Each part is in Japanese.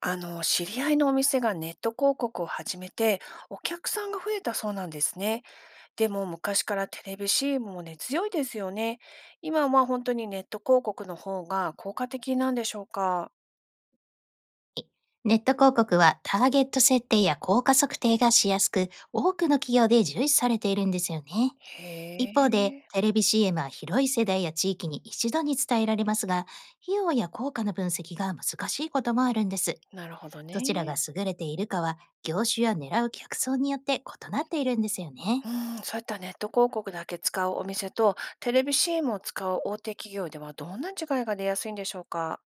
知り合いのお店がネット広告を始めて、お客さんが増えたそうなんですね。でも、昔からテレビ c ムもね、強いですよね。今は本当にネット広告の方が効果的なんでしょうか。ネット広告はターゲット設定や効果測定がしやすく、多くの企業で重視されているんですよね。へ一方で、え、テレビ CM は広い世代や地域に一度に伝えられますが、費用や効果の分析が難しいこともあるんです。なるほどどちらがね。優れているかは、業種や狙う客層によって異なっているんですよね。うん、そういったネット広告だけ使うお店と、テレビ c ムを使う大手企業ではどんな違いが出やすいんでしょうか。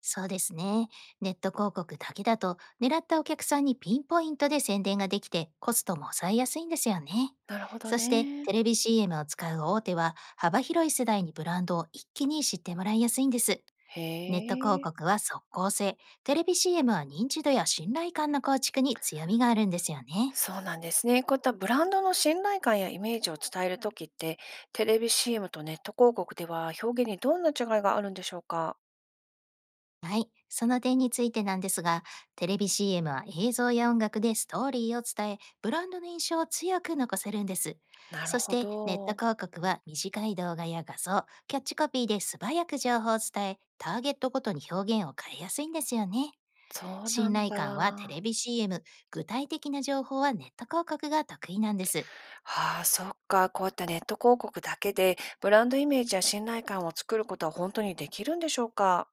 そうですね。ネット広告だけだと、狙ったお客さんにピンポイントで宣伝ができて、コストも抑えやすいんですよね。なるほどそして、ね。テレビ CM を使う大手は、幅広い世代にブランドを一気に知ってもらいやすいんです。へネット広え。告は速効性、テレビ CM は認知度や信頼感の構築に強みがあるんですよね。そうなんですね。こういったブランドの信頼感やイメージを伝えるときって、テレビ CM とネット広告では表現にどんな違いがあるんでしょうか？はい。その点についてなんですが、テレビ CM は映像や音楽でストーリーを伝え、ブランドの印象を強く残せるんです。なるそしほて、ネットど。広告は短い動画や画像、キャッチコピーで素早く情報を伝え、ターゲットごとに表現を変えやすいんですよね。そうな信ん頼感はテだ。レビ CM、具体的な情報はネット広告が得意なんです。ああ、そっか。こういったネット広告だけで、ブランドイメージや信頼感を作ることは本当にできるんでしょうか？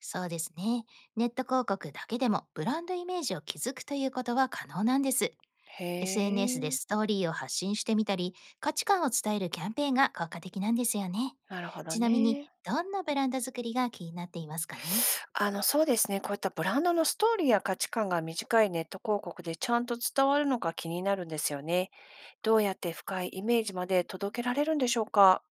そうですね。ネット広告だけでもブランドイメージを築くということは可能なんです。へ SNS でえ、ストーリーを発信してみたり、価値観を伝えるキャンペーンが効果的なんですよね。なるほどちなみに、ね。どんなブランド作りが気になっていますかね。そうですね。こういったブランドのストーリーや価値観が短いネット広告でちゃんと伝わるのか気になるんですよね。どうやって深いイメージまで届けられるんでしょうか？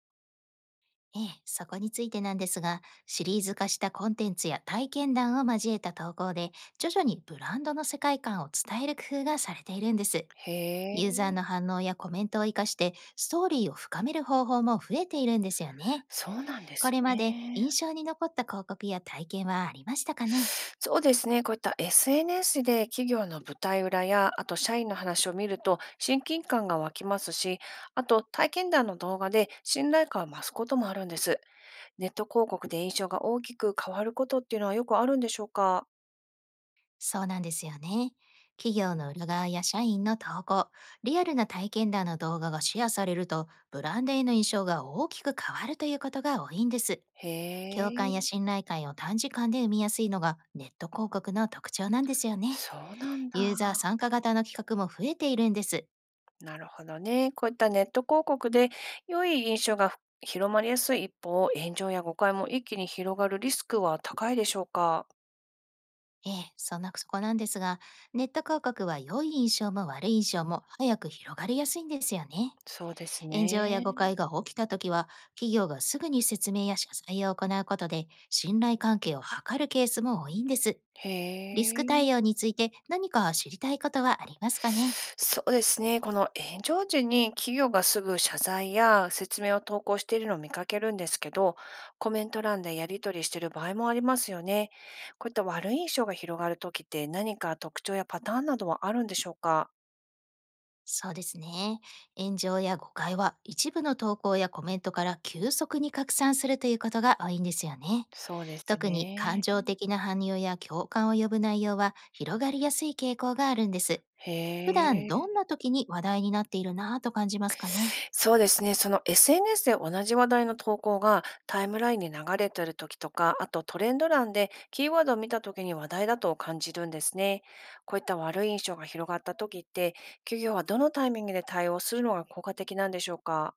ええ、そこについてなんですが、シリーズ化したコンテンツや体験談を交えた投稿で、徐々にブランドの世界観を伝える工夫がされているんです。へユーザーえ、の反応やコメントを活かして、ストーリーを深める方法も増えているんですよね。そうなんでこすれまでね。印象に残った広告や体験はありましたかね。そうですね、こういった SNS で企業の舞台裏や、あと社員の話を見ると親近感が湧きますし、あと体験談の動画で信頼感を増すこともあるんです。ネット広告で印象が大きく変わることっていうのはよくあるんでしょうか？そうなんですよね。企業の裏側や社員の投稿、リアルな体験談の動画がシェアされると、ブランドへの印象が大きく変わるということが多いんです。へ共感やえ、信頼感を短時間で生みやすいのがネット広告の特徴なんですよね。そうなんだ。ユーザー参加型の企画も増えているんです。なるほどね。こういったネット広告で良い印象が広まりやすい一方、炎上や誤解も一気に広がるリスクは高いでしょうか？ええ、そこなんですが、ネット広告は良い印象も悪い印象も早く広がりやすいんですよね。そうです炎上や誤ね。解が起きたときは、企業がすぐに説明や謝罪を行うことで、信頼関係を図るケースも多いんです。へリスク対え。応について何か知りたいことはありますかね。そうですね。この炎上時に企業がすぐ謝罪や説明を投稿しているのを見かけるんですけど、コメント欄でやり取りしている場合もありますよね。こういった悪い印象が広がるときって何か特徴やパターンなどはあるんでしょうか？そうですね。炎上や誤解は一部の投稿やコメントから急速に拡散するということが多いんですよね。そうです特に感ね。情的な反応や共感を呼ぶ内容は広がりやすい傾向があるんです。普へ段どんえ。な時に話題になっているなぁと感じますかね。そうですね、その SNS で同じ話題の投稿がタイムラインに流れてる時とか、あとトレンド欄でキーワードを見た時に話題だと感じるんですね。こういった悪い印象が広がった時って、企業はどのタイミングで対応するのが効果的なんでしょうか？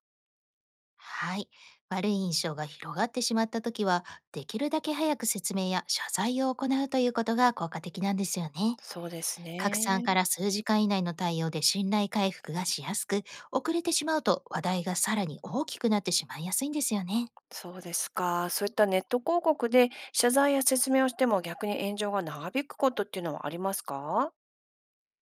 はい。悪い印象が広がってしまったときは、できるだけ早く説明や謝罪を行うということが効果的なんですよね。そうです拡散ね。から数時間以内の対応で信頼回復がしやすく、遅れてしまうと話題がさらに大きくなってしまいやすいんですよね。そうですか。そういったネット広告で謝罪や説明をしても逆に炎上が長引くことっていうのはありますか？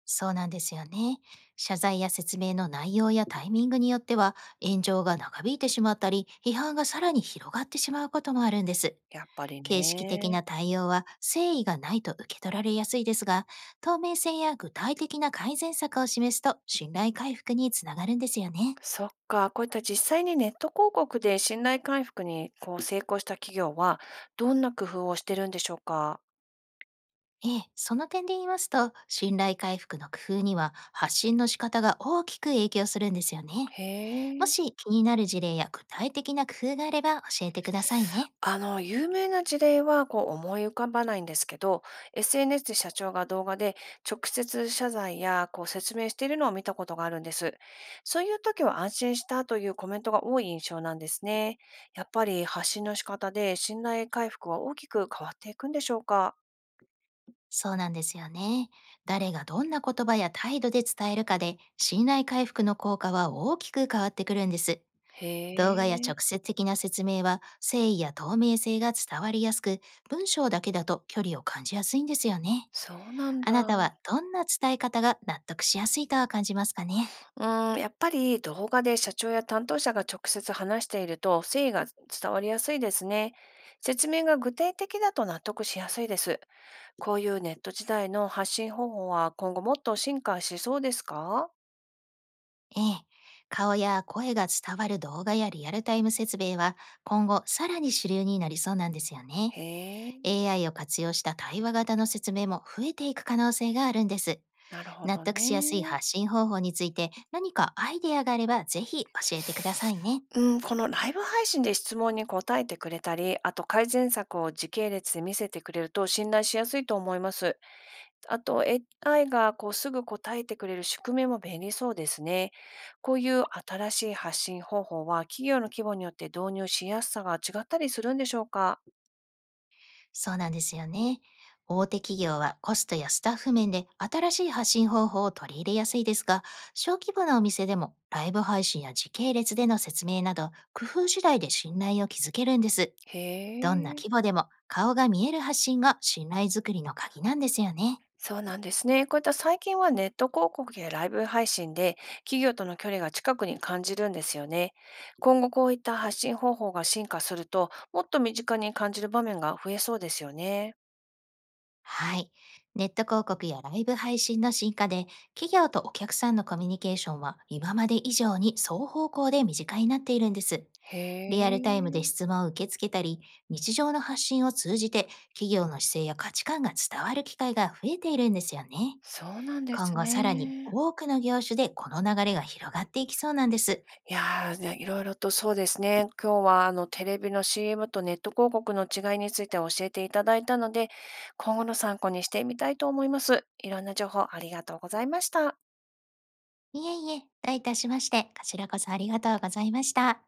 そうなんですよね。謝罪や説明の内容やタイミングによっては、炎上が長引いてしまったり、批判がさらに広がってしまうこともあるんです。やっぱり形式的ね。な対応は誠意がないと受け取られやすいですが、透明性や具体的な改善策を示すと信頼回復につながるんですよね。そっか、こういった実際にネット広告で信頼回復にこう成功した企業は、どんな工夫をしてるんでしょうか？ええ、その点で言いますと、信頼回復の工夫には発信の仕方が大きく影響するんですよね。へもえ。し気になる事例や具体的な工夫があれば教えてくださいね。有名な事例はこう思い浮かばないんですけど、SNS で社長が動画で直接謝罪やこう説明しているのを見たことがあるんです。そういう時は安心したというコメントが多い印象なんですね。やっぱり発信の仕方で信頼回復は大きく変わっていくんでしょうか？そうなんですよね。誰がどんな言葉や態度で伝えるかで信頼回復の効果は大きく変わってくるんです。へ動画やえ。直接的な説明は誠意や透明性が伝わりやすく、文章だけだと距離を感じやすいんですよね。そうなんあだ。なうたはどんな伝え方が納得しやすいとは感じますかね。ーん、やっぱり動画で社長や担当者が直接話していると誠意が伝わりやすいですね。説明が具体的だと納得しやすいです。こういうネット時代の発信方法は今後もっと進化しそうですか？ええ。顔や声が伝わる動画やリアルタイム説明は今後さらに主流になりそうなんですよね。へえ、AI を活用した対話型の説明も増えていく可能性があるんです。なるほ納ど得しやすいね。発信方法について何かアイデアがあればぜひ教えてくださいね。うん、このライブ配信で質問に答えてくれたり、あと改善策を時系列で見せてくれると信頼しやすいと思います。あと、AI がこうすぐ答えてくれる仕組みも便利そうですね。こういう新しい発信方法は企業の規模によって導入しやすさが違ったりするんでしょうか？そうなんですよね。大手企業はコストやスタッフ面で新しい発信方法を取り入れやすいですが、小規模なお店でもライブ配信や時系列での説明など、工夫次第で信頼を築けるんです。へどんなえ。規模でも顔が見える発信が信頼づくりの鍵なんですよね。そうなんですね。こういった最近はネット広告やライブ配信で企業との距離が近くに感じるんですよね。今後こういった発信方法が進化すると、もっと身近に感じる場面が増えそうですよね。はい。ネット広告やライブ配信の進化で、企業とお客さんのコミュニケーションは今まで以上に双方向で短いになっているんです。へリアルタイムでえ。質問を受け付けたり、日常の発信を通じて企業の姿勢や価値観が伝わる機会が増えているんですよね。そうなんで今す後さらにね。多くの業種でこの流れが広がっていきそうなんです。いやー、ね、いろいろとそうですね、今日はテレビの CM とネット広告の違いについて教えていただいたので、今後の参考にしてみたいと思います。いろんな情報ありがとうございました。いえいえ、どういたしまして、こちらこそありがとうございました。